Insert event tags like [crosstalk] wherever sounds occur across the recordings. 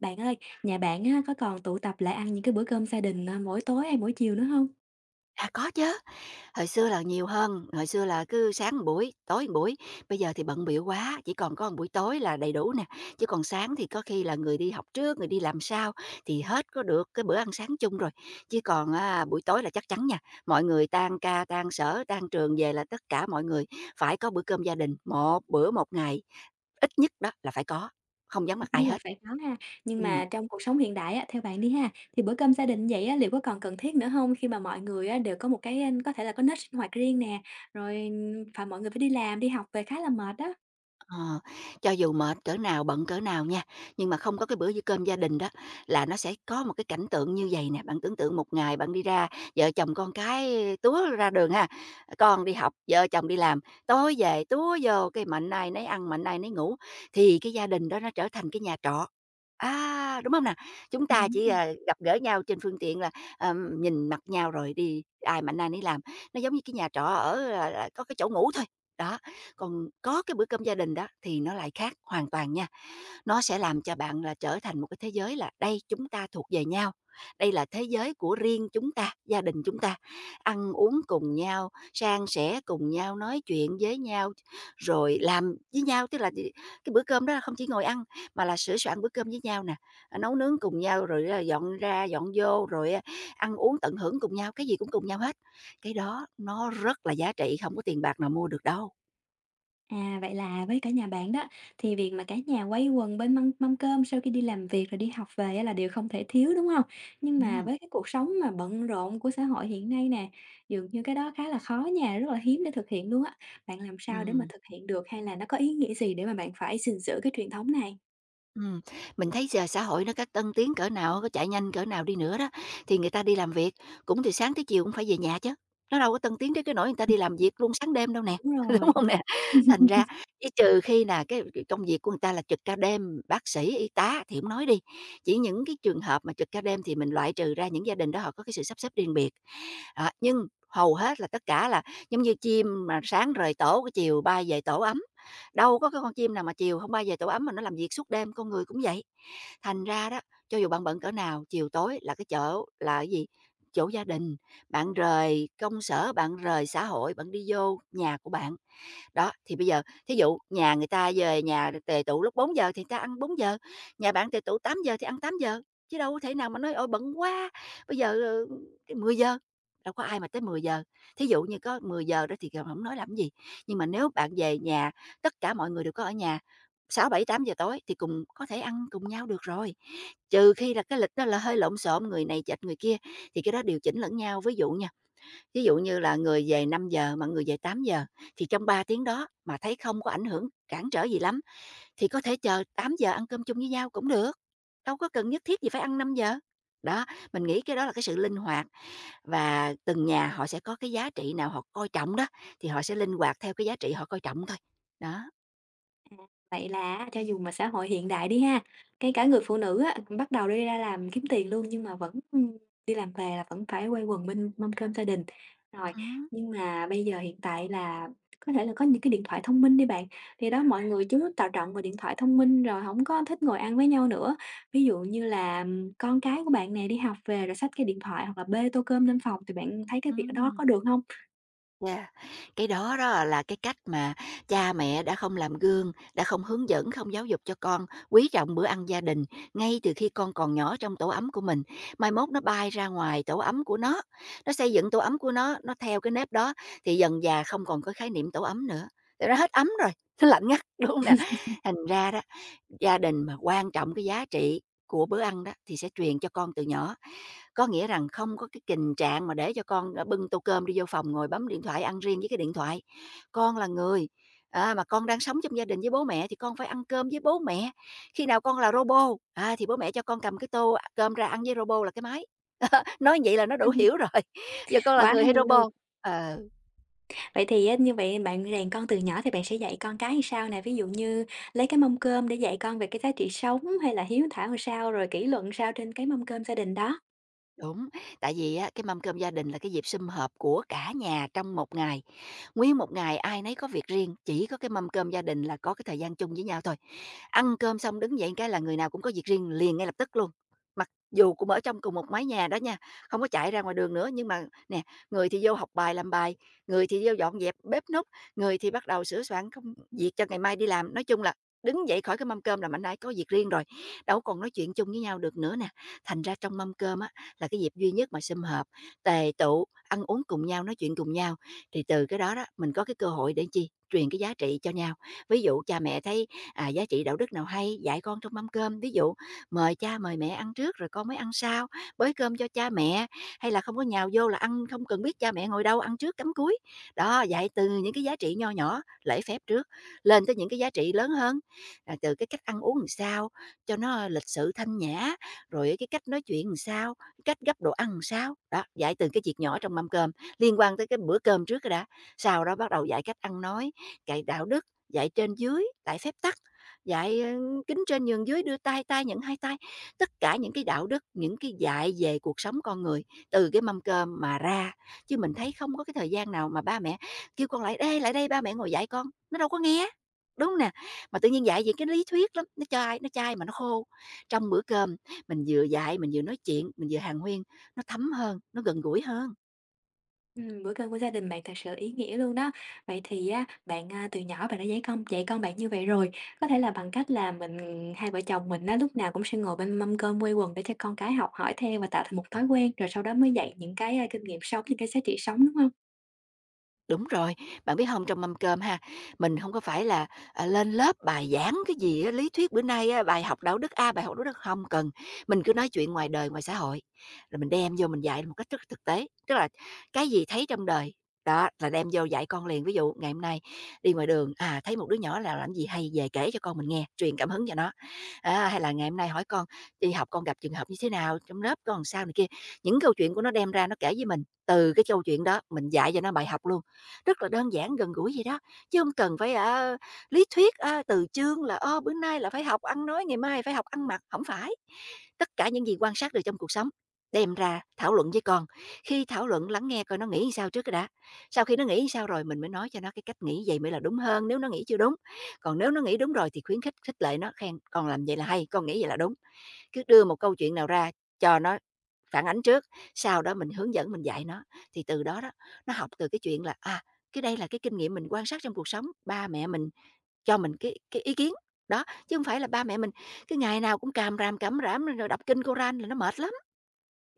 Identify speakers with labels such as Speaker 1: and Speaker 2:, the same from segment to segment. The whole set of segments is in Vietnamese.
Speaker 1: Bạn ơi, nhà bạn á, có còn tụ tập lại ăn những cái bữa cơm gia đình, à, mỗi tối hay mỗi chiều nữa không?
Speaker 2: À, có chứ, hồi xưa là nhiều hơn, hồi xưa là cứ sáng một buổi, tối một buổi, bây giờ thì bận bịu quá, chỉ còn có một buổi tối là đầy đủ nè, chứ còn sáng thì có khi là người đi học trước, người đi làm sau thì hết có được cái bữa ăn sáng chung rồi, chứ còn buổi tối là chắc chắn nha, mọi người tan ca, tan sở, tan trường về là tất cả mọi người phải có bữa cơm gia đình, một bữa một ngày, ít nhất đó là phải có, không vắng
Speaker 1: Tất
Speaker 2: mặt ai
Speaker 1: nhiên là
Speaker 2: hết.
Speaker 1: phải có ha, nhưng
Speaker 2: Ừm.
Speaker 1: mà trong cuộc sống hiện đại á, theo bạn đi ha, thì bữa cơm gia đình vậy á, liệu có còn cần thiết nữa không? Khi mà mọi người á, đều có một cái, có thể là có nếp sinh hoạt riêng nè, rồi, phải mọi người phải đi làm, đi học về khá là mệt á.
Speaker 2: Ờ, cho dù mệt cỡ nào, bận cỡ nào nha, nhưng mà không có cái bữa gi cơm gia đình đó là nó sẽ có một cái cảnh tượng như vậy nè. Bạn tưởng tượng một ngày bạn đi ra, vợ chồng con cái túa ra đường ha, con đi học, vợ chồng đi làm, tối về túa vô cái mạnh ai nấy ăn, mạnh ai nấy ngủ, thì cái gia đình đó nó trở thành cái nhà trọ. Á, đúng không nè? Chúng ta
Speaker 1: Đúng.
Speaker 2: chỉ, à, gặp gỡ nhau trên phương tiện là nhìn mặt nhau rồi đi ai mạnh ai nấy làm, nó giống như cái nhà trọ ở, có cái chỗ ngủ thôi, đó. Còn có cái bữa cơm gia đình đó thì nó lại khác hoàn toàn nha. Nó sẽ làm cho bạn là trở thành một cái thế giới là đây chúng ta thuộc về nhau, đây là thế giới của riêng chúng ta, gia đình chúng ta. Ăn uống cùng nhau, san sẻ cùng nhau, nói chuyện với nhau, rồi làm với nhau, tức là cái bữa cơm đó là không chỉ ngồi ăn mà là sửa soạn bữa cơm với nhau nè, nấu nướng cùng nhau rồi là dọn ra, dọn vô rồi ăn uống tận hưởng cùng nhau, cái gì cũng cùng nhau hết. Cái đó nó rất là giá trị, không có tiền bạc nào mua được đâu.
Speaker 1: À, vậy là với cả nhà bạn đó, thì việc mà cả nhà quây quần bên mâm mâm cơm sau khi đi làm việc rồi đi học về á là điều không thể thiếu, đúng không? Nhưng mà
Speaker 2: Ừm.
Speaker 1: với cái cuộc sống mà bận rộn của xã hội hiện nay nè, dường như cái đó khá là khó nha, rất là hiếm để thực hiện luôn á. Bạn làm sao để mà
Speaker 2: Ừm,
Speaker 1: thực hiện được hay là nó có ý nghĩa gì để mà bạn phải gìn giữ cái truyền thống này?
Speaker 2: ừm. Mình thấy giờ xã hội nó có tân tiến cỡ nào, có chạy nhanh cỡ nào đi nữa đó, thì người ta đi làm việc cũng từ sáng tới chiều cũng phải về nhà chứ. Nó đâu có tân tiến tới cái nỗi người ta đi làm việc luôn sáng đêm đâu nè,
Speaker 1: Đúng
Speaker 2: [laughs]
Speaker 1: rồi.
Speaker 2: đúng không nè? Thành ra
Speaker 1: [laughs]
Speaker 2: chỉ trừ khi là cái công việc của người ta là trực ca đêm, bác sĩ, y tá thì không nói đi, chỉ những cái trường hợp mà trực ca đêm thì mình loại trừ ra những gia đình đó họ có cái sự sắp xếp riêng biệt. Đó, nhưng hầu hết là tất cả là giống như chim mà sáng rời tổ cái chiều bay về tổ ấm. Đâu có cái con chim nào mà chiều không bay về tổ ấm mà nó làm việc suốt đêm, con người cũng vậy. Thành ra đó, cho dù bạn bận cỡ nào, chiều tối là cái chỗ là cái gì? Chỗ gia đình, bạn rời công sở, bạn rời xã hội, bạn đi vô nhà của bạn. Đó, thì bây giờ thí dụ nhà người ta về nhà được tề tụ lúc 4 giờ thì người ta ăn 4 giờ, nhà bạn tề tụ 8 giờ thì ăn 8 giờ, chứ đâu có thể nào mà nói "Ôi, bận quá, bây giờ, 10 giờ, đâu có ai mà tới 10 giờ. Thí dụ như có 10 giờ đó thì không nói làm gì, nhưng mà nếu bạn về nhà, tất cả mọi người đều có ở nhà, sáu bảy tám giờ tối thì cùng có thể ăn cùng nhau được rồi. Trừ khi là cái lịch đó là hơi lộn xộn, người này chệch người kia thì cái đó điều chỉnh lẫn nhau. Ví dụ như là người về 5 giờ, mà người về 8 giờ, thì trong 3 tiếng đó mà thấy không có ảnh hưởng cản trở gì lắm, thì có thể chờ 8 giờ ăn cơm chung với nhau cũng được, đâu có cần nhất thiết gì phải ăn 5 giờ. Đó, mình nghĩ cái đó là cái sự linh hoạt và từng nhà họ sẽ có cái giá trị nào họ coi trọng đó, thì họ sẽ linh hoạt theo cái giá trị họ coi trọng thôi. Đó,
Speaker 1: Vậy là cho dù mà xã hội hiện đại đi ha, cái cả người phụ nữ á, bắt đầu đi ra làm kiếm tiền luôn nhưng mà vẫn, đi làm về là vẫn phải quây quần bên mâm cơm gia đình. Rồi,
Speaker 2: ừm,
Speaker 1: nhưng mà bây giờ hiện tại là có thể là có những cái điện thoại thông minh đi bạn, thì đó mọi người chú tạo trận vào điện thoại thông minh rồi không có thích ngồi ăn với nhau nữa. Ví dụ như là, con cái của bạn này đi học về rồi xách cái điện thoại hoặc là bê tô cơm lên phòng thì bạn thấy cái việc đó
Speaker 2: ừm.
Speaker 1: có được không?
Speaker 2: Yeah, cái đó đó là cái cách mà cha mẹ đã không làm gương, đã không hướng dẫn, không giáo dục cho con quý trọng bữa ăn gia đình ngay từ khi con còn nhỏ trong tổ ấm của mình. Mai mốt nó bay ra ngoài tổ ấm của nó xây dựng tổ ấm của nó theo cái nếp đó thì dần già không còn có khái niệm tổ ấm nữa. Thì nó hết ấm rồi, [laughs] nó lạnh ngắt [laughs] đúng không nè. Thành ra đó, gia đình mà quan trọng cái giá trị của bữa ăn đó thì sẽ truyền cho con từ nhỏ, có nghĩa rằng không có cái tình trạng mà để cho con bưng tô cơm đi vô phòng ngồi bấm điện thoại, ăn riêng với cái điện thoại. Con là người mà con đang sống trong gia đình với bố mẹ thì con phải ăn cơm với bố mẹ. Khi nào con là robot thì bố mẹ cho con cầm cái tô cơm ra ăn với robot là cái máy. [laughs] Nói vậy là nó đủ hiểu
Speaker 1: [laughs]
Speaker 2: rồi, [laughs] giờ con là
Speaker 1: Quá
Speaker 2: người hay
Speaker 1: hay luôn!
Speaker 2: robot? Ờ.
Speaker 1: Vậy thì á, như vậy bạn rèn con từ nhỏ thì bạn sẽ dạy con cái như sao nè? Ví dụ như lấy cái mâm cơm để dạy con về cái giá trị sống hay là hiếu thảo làm sao, rồi kỷ luật làm sao trên cái mâm cơm gia đình đó.
Speaker 2: Đúng, tại vì á, cái mâm cơm gia đình là cái dịp sum họp của cả nhà trong một ngày. Nguyên một ngày ai nấy có việc riêng, chỉ có cái mâm cơm gia đình là có cái thời gian chung với nhau thôi. Ăn cơm xong đứng dậy cái là người nào cũng có việc riêng liền ngay lập tức luôn. Mặc dù cũng ở trong cùng một mái nhà đó nha, không có chạy ra ngoài đường nữa nhưng mà nè, người thì vô học bài làm bài, người thì vô dọn dẹp bếp núc, người thì bắt đầu sửa soạn công việc cho ngày mai đi làm. Nói chung là đứng dậy khỏi cái mâm cơm là mạnh ai có việc riêng rồi, đâu còn nói chuyện chung với nhau được nữa nè. Thành ra trong mâm cơm là cái dịp duy nhất mà sum họp, tề tụ, ăn uống cùng nhau, nói chuyện cùng nhau. Thì từ cái đó đó, mình có cái cơ hội để chi? Truyền cái giá trị cho nhau, ví dụ cha mẹ thấy giá trị đạo đức nào hay dạy con trong mâm cơm, ví dụ mời cha mời mẹ ăn trước rồi con mới ăn sau, bới cơm cho cha mẹ, hay là không có nhào vô là ăn không cần biết cha mẹ ngồi đâu ăn trước cắm cuối. Đó, dạy từ những cái giá trị nho nhỏ lễ phép trước lên tới những cái giá trị lớn hơn, từ cái cách ăn uống làm sao cho nó lịch sự thanh nhã, rồi cái cách nói chuyện làm sao, cách gấp đồ ăn sao? Đó, dạy từ cái việc nhỏ trong mâm cơm, liên quan tới cái bữa cơm trước cái đã, sau đó bắt đầu dạy cách ăn nói, dạy đạo đức, dạy trên dưới, dạy phép tắc, dạy kính trên nhường dưới, đưa tay tay nhận hai tay. Tất cả những cái đạo đức, những cái dạy về cuộc sống con người từ cái mâm cơm mà ra, chứ mình thấy không có cái thời gian nào mà ba mẹ kêu con lại đây ba mẹ ngồi dạy con", nó đâu có nghe, đúng nè? Mà tự nhiên dạy về cái lý thuyết lắm, nó chai mà nó khô. Trong bữa cơm mình vừa dạy, mình vừa nói chuyện, mình vừa hàn huyên, nó thấm hơn, nó gần gũi hơn.
Speaker 1: Bữa cơm của gia đình bạn thật sự ý nghĩa luôn đó. Vậy thì á, bạn, à, từ nhỏ bạn đã dạy con bạn như vậy rồi, có thể là bằng cách là mình hai vợ chồng mình á, lúc nào cũng sẽ ngồi bên mâm cơm quây quần để cho con cái học hỏi theo và tạo thành một thói quen, rồi sau đó mới dạy những cái, a, kinh nghiệm sống, những cái giá trị sống, đúng không?
Speaker 2: Đúng rồi, bạn biết không trong mâm cơm ha, mình không có phải là, lên lớp bài giảng cái gì á, lý thuyết bữa nay á, bài học đạo đức A, bài học đạo đức không cần, mình cứ nói chuyện ngoài đời, ngoài xã hội, rồi mình đem vô mình dạy một cách rất thực tế. Tức là cái gì thấy trong đời, đó, là đem vô dạy con liền. Ví dụ ngày hôm nay đi ngoài đường, thấy một đứa nhỏ nào làm gì hay, về kể cho con mình nghe, truyền cảm hứng cho nó. Á, hay là ngày hôm nay hỏi con đi học con gặp trường hợp như thế nào, trong lớp con làm sao này kia, những câu chuyện của nó đem ra nó kể với mình, từ cái câu chuyện đó mình dạy cho nó bài học luôn rất là đơn giản, gần gũi vậy đó, chứ không cần phải, lý thuyết, từ chương là, bữa nay là phải học ăn nói, ngày mai phải học ăn mặc, không phải. Tất cả những gì quan sát được trong cuộc sống, đem ra thảo luận với con, khi thảo luận lắng nghe coi nó nghĩ sao trước đã, sau khi nó nghĩ sao rồi mình mới nói cho nó cái cách nghĩ vậy mới là đúng hơn nếu nó nghĩ chưa đúng. Còn nếu nó nghĩ đúng rồi thì khuyến khích, khích lệ nó, khen: "Con làm vậy là hay, con nghĩ vậy là đúng." Cứ đưa một câu chuyện nào ra cho nó phản ánh trước, sau đó mình hướng dẫn, mình dạy nó, thì từ đó đó, nó học từ cái chuyện là, cái đây là cái kinh nghiệm mình quan sát trong cuộc sống, ba mẹ mình cho mình cái ý kiến, đó, chứ không phải là ba mẹ mình cứ ngày nào cũng càm ràm rồi đọc kinh cô là nó mệt lắm.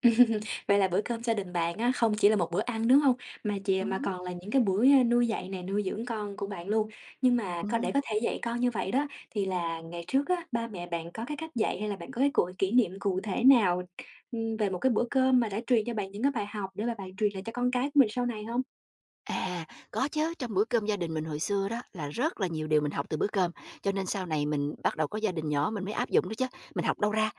Speaker 1: [laughs] Vậy là bữa cơm gia đình bạn á, không chỉ là một bữa ăn, đúng không? Mà chì mà
Speaker 2: Hứm.
Speaker 1: còn là những cái buổi, a, nuôi dạy này nuôi dưỡng con của bạn luôn. Nhưng mà có để có thể dạy con như vậy đó, thì là ngày trước á, ba mẹ bạn có cái cách dạy hay là bạn có cái cụ kỷ niệm cụ thể nào, về một cái bữa cơm mà đã truyền cho bạn những cái bài học để mà bạn truyền lại cho con cái của mình sau này không?
Speaker 2: À, có chứ trong bữa cơm gia đình mình hồi xưa đó là rất là nhiều điều mình học từ bữa cơm, cho nên sau này mình bắt đầu có gia đình nhỏ mình mới áp dụng đó chứ mình học đâu ra,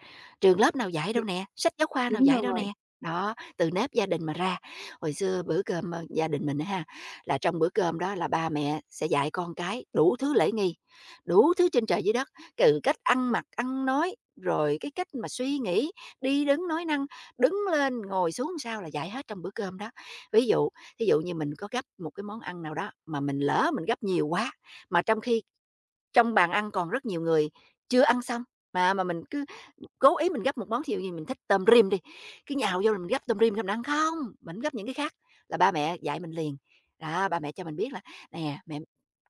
Speaker 2: trường lớp nào dạy đâu nè, sách giáo khoa nào
Speaker 1: Đúng
Speaker 2: dạy đâu
Speaker 1: rồi.
Speaker 2: nè. Đó, từ nếp gia đình mà ra. Hồi xưa bữa cơm, gia đình mình á ha, là trong bữa cơm đó là ba mẹ sẽ dạy con cái đủ thứ lễ nghi, đủ thứ trên trời dưới đất, từ cách ăn mặc, ăn nói, rồi cái cách mà suy nghĩ, đi đứng nói năng, đứng lên, ngồi xuống sao là dạy hết trong bữa cơm đó. Ví dụ Thí dụ như mình có gấp một cái món ăn nào đó mà mình lỡ mình gấp nhiều quá, mà trong khi trong bàn ăn còn rất nhiều người chưa ăn xong, mà mình cứ cố ý mình gấp một món, thí dụ như mình thích tôm rim đi, cứ nhào vô là mình gấp tôm rim xong mình ăn, không, mình gấp những cái khác, là ba mẹ dạy mình liền. Đó, ba mẹ cho mình biết là: "Nè, mẹ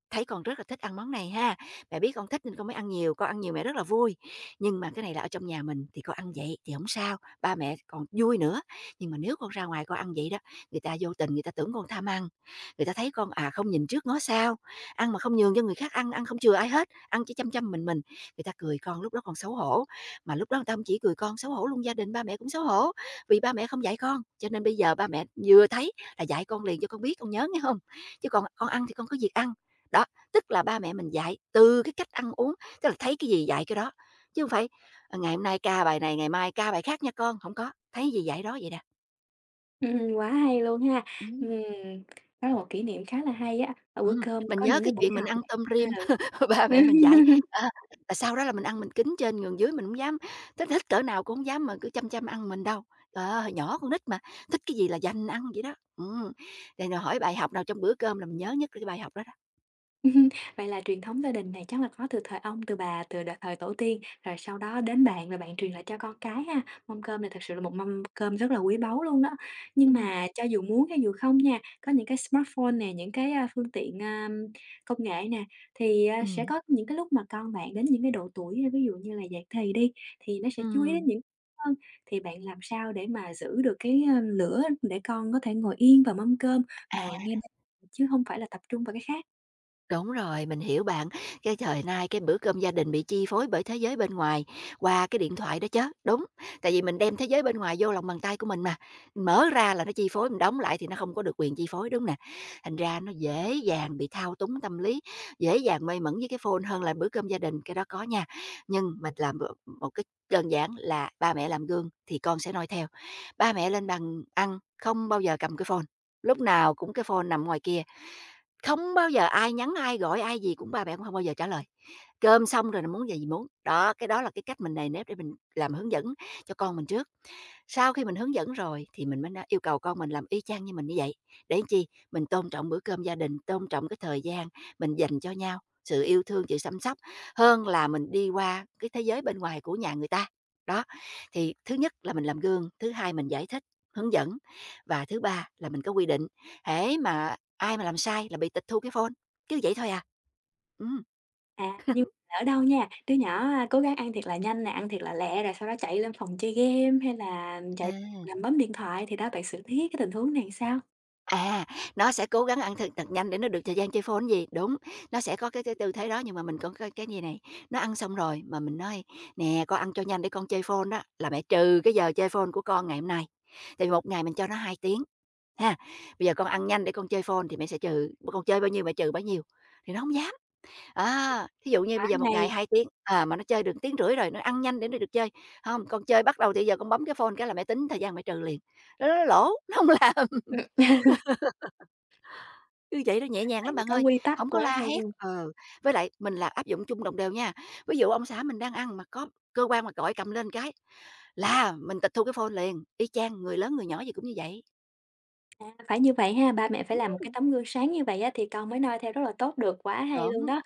Speaker 2: thấy con rất là thích ăn món này ha, mẹ biết con thích nên con mới ăn nhiều, con ăn nhiều mẹ rất là vui. Nhưng mà cái này là ở trong nhà mình thì con ăn vậy thì không sao, ba mẹ còn vui nữa, nhưng mà nếu con ra ngoài con ăn vậy đó, người ta vô tình người ta tưởng con tham ăn, người ta thấy con, không nhìn trước ngó sau, ăn mà không nhường cho người khác ăn, ăn không chừa ai hết, ăn chỉ chăm chăm mình, người ta cười con lúc đó còn xấu hổ. Mà lúc đó người ta hông chỉ cười con xấu hổ luôn gia đình ba mẹ cũng xấu hổ, vì ba mẹ không dạy con, cho nên bây giờ ba mẹ vừa thấy là dạy con liền cho con biết, con nhớ nghe không? Chứ còn con ăn thì con có việc ăn, đó, tức là ba mẹ mình dạy từ cái cách ăn uống, tức là thấy cái gì dạy cái đó, chứ không phải, ngày hôm nay ca bài này, ngày mai ca bài khác nha con, không có, thấy gì dạy đó vậy nè.
Speaker 1: Quá hay luôn ha.
Speaker 2: Ừm.
Speaker 1: Ừm, đó là một kỷ niệm khá là hay á, ở bữa cơm
Speaker 2: Mình
Speaker 1: có
Speaker 2: nhớ
Speaker 1: những
Speaker 2: cái
Speaker 1: cái buổi
Speaker 2: chuyện mình
Speaker 1: học
Speaker 2: ăn
Speaker 1: này.
Speaker 2: tôm rim, [laughs] ba
Speaker 1: Ừ.
Speaker 2: mẹ mình dạy,
Speaker 1: [laughs]
Speaker 2: ờ, là sau đó là mình ăn mình kín trên nhường dưới, mình hổng dám thích thích cỡ nào cũng hổng dám mà cứ chăm chăm ăn mình đâu. Trời hồi nhỏ con nít mà, thích cái gì là dành ăn vậy đó. Rồi rồi hỏi bài học nào trong bữa cơm là mình nhớ nhất là cái bài học đó đó.
Speaker 1: [laughs] Ừm, vậy là truyền thống gia đình này chắc là có từ thời ông, từ bà, từ đ thời tổ tiên, rồi sau đó đến bạn, rồi bạn truyền lại cho con cái ha. Mâm cơm này thật sự là một mâm cơm rất là quý báu luôn đó. Nhưng
Speaker 2: Ừm,
Speaker 1: mà cho dù muốn hay dù không nha, có những cái smartphone nè, những cái, a, phương tiện, a, công nghệ nè, thì, à, sẽ
Speaker 2: ừm,
Speaker 1: có những cái lúc mà con bạn đến những cái độ tuổi, ví dụ như là dậy thì đi, thì nó sẽ chú ý đến
Speaker 2: ừm,
Speaker 1: những hơn, thì bạn làm sao để mà giữ được cái, a, lửa để con có thể ngồi yên vào mâm cơm,
Speaker 2: à.
Speaker 1: ngồi nghe bạn, chứ không phải là tập trung vào cái khác?
Speaker 2: Đúng rồi, mình hiểu bạn. Cái thời nay cái bữa cơm gia đình bị chi phối bởi thế giới bên ngoài qua cái điện thoại đó chứ đúng. Tại vì mình đem thế giới bên ngoài vô lòng bàn tay của mình mà, mở ra là nó chi phối, mình đóng lại thì nó không có được quyền chi phối, đúng nè. Thành ra nó dễ dàng bị thao túng tâm lý, dễ dàng mê mẩn với cái phone hơn là bữa cơm gia đình, cái đó có nha. Nhưng mình làm một một cái đơn giản là ba mẹ làm gương thì con sẽ noi theo. Ba mẹ lên bàn ăn không bao giờ cầm cái phone, lúc nào cũng cái phone nằm ngoài kia. Không bao giờ ai nhắn ai, gọi ai gì cũng ba mẹ cũng không bao giờ trả lời. Cơm xong rồi là muốn gì gì muốn. Đó, cái đó là cái cách mình nề nếp để mình làm hướng dẫn cho con mình trước. Sau khi mình hướng dẫn rồi thì mình mới nói yêu cầu con mình làm y chang như mình như vậy, để làm chi? Mình tôn trọng bữa cơm gia đình, tôn trọng cái thời gian mình dành cho nhau, sự yêu thương, sự chăm sóc, hơn là mình đi qua cái thế giới bên ngoài của nhà người ta. Đó, thì thứ nhất là mình làm gương, thứ hai mình giải thích, hướng dẫn và thứ ba là mình có quy định, hễ mà ai mà làm sai là bị tịch thu cái phone, cứ vậy thôi à. Ừm.
Speaker 1: À, nhưng lỡ đâu nha, đứa nhỏ, cố gắng ăn thiệt là nhanh nè, ăn thiệt là lẹ rồi sau đó chạy lên phòng chơi game hay là chạy
Speaker 2: À.
Speaker 1: nằm bấm điện thoại thì đó, bạn xử lý cái tình huống này sao?
Speaker 2: À, nó sẽ cố gắng ăn thật thật nhanh để nó được thời gian chơi phone gì, đúng, nó sẽ có cái tư thế đó, nhưng mà mình còn có cái gì này, nó ăn xong rồi mà mình nói: "Nè, con ăn cho nhanh để con chơi phone đó, là mẹ trừ cái giờ chơi phone của con ngày hôm nay." Tại vì 1 ngày mình cho nó 2 tiếng, ha, "Bây giờ con ăn nhanh để con chơi phone thì mẹ sẽ trừ, con chơi bao nhiêu mẹ trừ bấy nhiêu." Thì nó không dám. Thí dụ như
Speaker 1: Quá
Speaker 2: bây giờ một ngày
Speaker 1: hay,
Speaker 2: 2 tiếng, mà nó chơi được tiếng rưỡi rồi, nó ăn nhanh để nó được chơi, không con chơi bắt đầu thì giờ con bấm cái phone cái là mẹ tính thời gian mẹ trừ liền." Nó lố, nó không [laughs] làm.
Speaker 1: ừm. [laughs]
Speaker 2: Như vậy đó, nhẹ nhàng
Speaker 1: Bạn
Speaker 2: lắm bạn
Speaker 1: có
Speaker 2: ơi,
Speaker 1: quy tắc
Speaker 2: hổng có
Speaker 1: quá
Speaker 2: la
Speaker 1: hay
Speaker 2: hét,
Speaker 1: luôn.
Speaker 2: với lại mình là áp dụng chung đồng đều nha. Ví dụ ông xã mình đang ăn mà có cơ quan mà gọi cầm lên cái là mình tịch thu cái phone liền, y chang, người lớn người nhỏ gì cũng như vậy.
Speaker 1: À, phải như vậy ha, ba mẹ phải làm một cái
Speaker 2: Ừm.
Speaker 1: tấm gương sáng như vậy á thì con mới noi theo rất là tốt được, quá hay luôn
Speaker 2: Đúng.
Speaker 1: đó.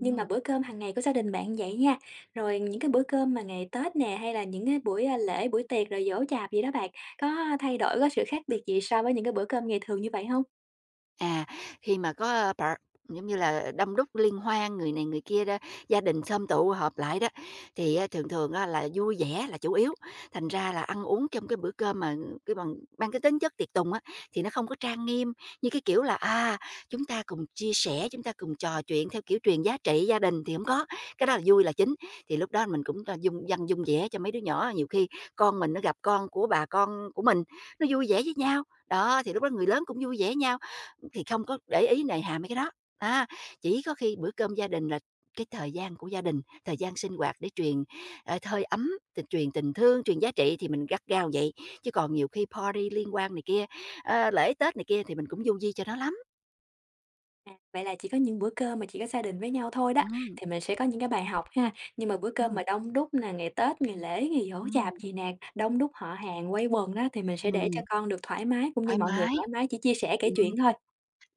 Speaker 1: Nhưng mà bữa cơm hàng ngày của gia đình bạn vậy nha, rồi những cái bữa cơm mà ngày Tết nè, hay là những cái buổi, a, lễ, buổi tiệc rồi giỗ chạp gì đó bạn, có thay đổi, có sự khác biệt gì so với những cái bữa cơm ngày thường như vậy không?
Speaker 2: À, Khi mà có, ơ, par giống như là, đông đúc liên hoan, người này người kia đó, gia đình sum tụ họp lại đó, thì á thường thường á là vui vẻ là chủ yếu, thành ra là ăn uống trong cái bữa cơm mà cái bằng mang cái tính chất tiệc tùng á, thì nó không có trang nghiêm như cái kiểu là, chúng ta cùng chia sẻ, chúng ta cùng trò chuyện theo kiểu truyền giá trị gia đình thì không có, cái đó là vui là chính. Thì lúc đó mình cũng là dung dân vung vẽ cho mấy đứa nhỏ, nhiều khi con mình nó gặp con của bà con của mình, nó vui vẻ với nhau, đó, thì lúc đó người lớn cũng vui vẻ nhau. Thì không có để ý nề hà mấy cái đó, á, chỉ có khi bữa cơm gia đình là cái thời gian của gia đình, thời gian sinh hoạt để truyền, hơi ấm, tình truyền tình thương, truyền giá trị thì mình gắt gao vậy, chứ còn nhiều khi party liên quan này kia, lễ Tết này kia thì mình cũng du di cho nó lắm.
Speaker 1: À, vậy là chỉ có những bữa cơm mà chỉ có gia đình với nhau thôi đó,
Speaker 2: Ừm,
Speaker 1: thì mình sẽ có những cái bài học ha. Nhưng mà bữa cơm mà
Speaker 2: ừm,
Speaker 1: đông đúc nè, ngày Tết, ngày lễ, ngày giỗ
Speaker 2: ừm,
Speaker 1: chạp gì nè, đông đúc họ hàng quây quần đó, thì mình sẽ để
Speaker 2: ừm.
Speaker 1: cho con được thoải mái, cũng như
Speaker 2: Thoải
Speaker 1: mọi người
Speaker 2: mái.
Speaker 1: thoải mái chỉ chia sẻ kể
Speaker 2: Ừm.
Speaker 1: chuyện thôi,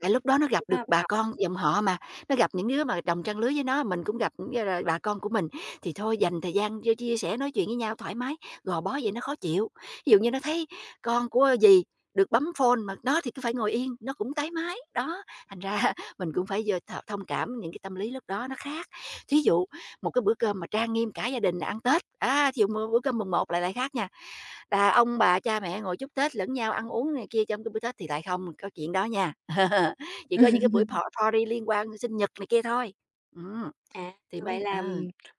Speaker 2: Tại lúc đó nó gặp
Speaker 1: cũng là
Speaker 2: được
Speaker 1: bài
Speaker 2: bà
Speaker 1: học.
Speaker 2: con dòng họ mà, nó gặp những đứa mà đồng trang lứa với nó, mình cũng gặp nghĩa là bà con của mình, thì thôi dành thời gian cho chia sẻ, nói chuyện với nhau thoải mái, gò bó vậy nó khó chịu. Ví dụ như nó thấy con của dì được bấm phone mà nó thì cứ phải ngồi yên, nó cũng tái máy, đó, thành ra [laughs] mình cũng phải giờ thông cảm những cái tâm lý lúc đó nó khác. Thí dụ một cái bữa cơm mà trang nghiêm cả gia đình ăn Tết, á, thí dụ bữa cơm mùng một lại lại khác nha, là ông bà, cha mẹ ngồi chúc Tết lẫn nhau, ăn uống này kia trong cái bữa Tết thì lại không có chuyện đó nha. [laughs] Chỉ có những cái buổi
Speaker 1: [laughs]
Speaker 2: party liên quan sinh nhật này kia thôi. Ừm,
Speaker 1: À,
Speaker 2: thì
Speaker 1: vậy
Speaker 2: mới
Speaker 1: là,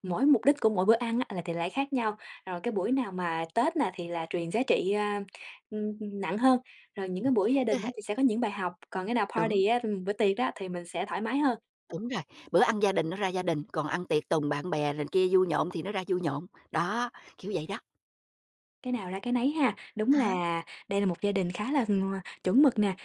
Speaker 1: mỗi mục đích của mỗi bữa ăn á là thì lại khác nhau. Rồi cái buổi nào mà Tết nè thì là truyền giá trị, a, nặng hơn, rồi những cái buổi gia đình
Speaker 2: cái
Speaker 1: á
Speaker 2: hệ
Speaker 1: thì sẽ có những bài học, còn cái nào
Speaker 2: đúng,
Speaker 1: party á, bữa tiệc đó thì mình sẽ thoải mái hơn.
Speaker 2: đúng rồi, bữa ăn gia đình nó ra gia đình, còn ăn tiệc tùng bạn bè này kia vui nhộn thì nó ra vui nhộn. Đó, kiểu vậy đó.
Speaker 1: Cái nào ra cái nấy ha. Đúng
Speaker 2: À,
Speaker 1: là đây là một gia đình khá là, chuẩn mực nè.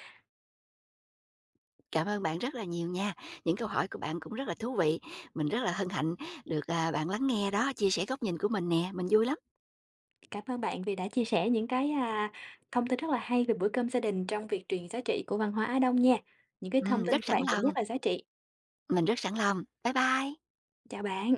Speaker 2: cảm ơn bạn rất là nhiều nha. Những câu hỏi của bạn cũng rất là thú vị. Mình rất là hân hạnh được, bạn lắng nghe đó, chia sẻ góc nhìn của mình nè, mình vui lắm.
Speaker 1: Cảm ơn bạn vì đã chia sẻ những cái, a, thông tin rất là hay về bữa cơm gia đình trong việc truyền giá trị của văn hóa Á Đông nha. Những cái thông tin
Speaker 2: Rất
Speaker 1: của
Speaker 2: sẵn
Speaker 1: bạn cũng rất
Speaker 2: lòng,
Speaker 1: là giá trị.
Speaker 2: mình rất sẵn lòng. Bye bye.
Speaker 1: Chào bạn.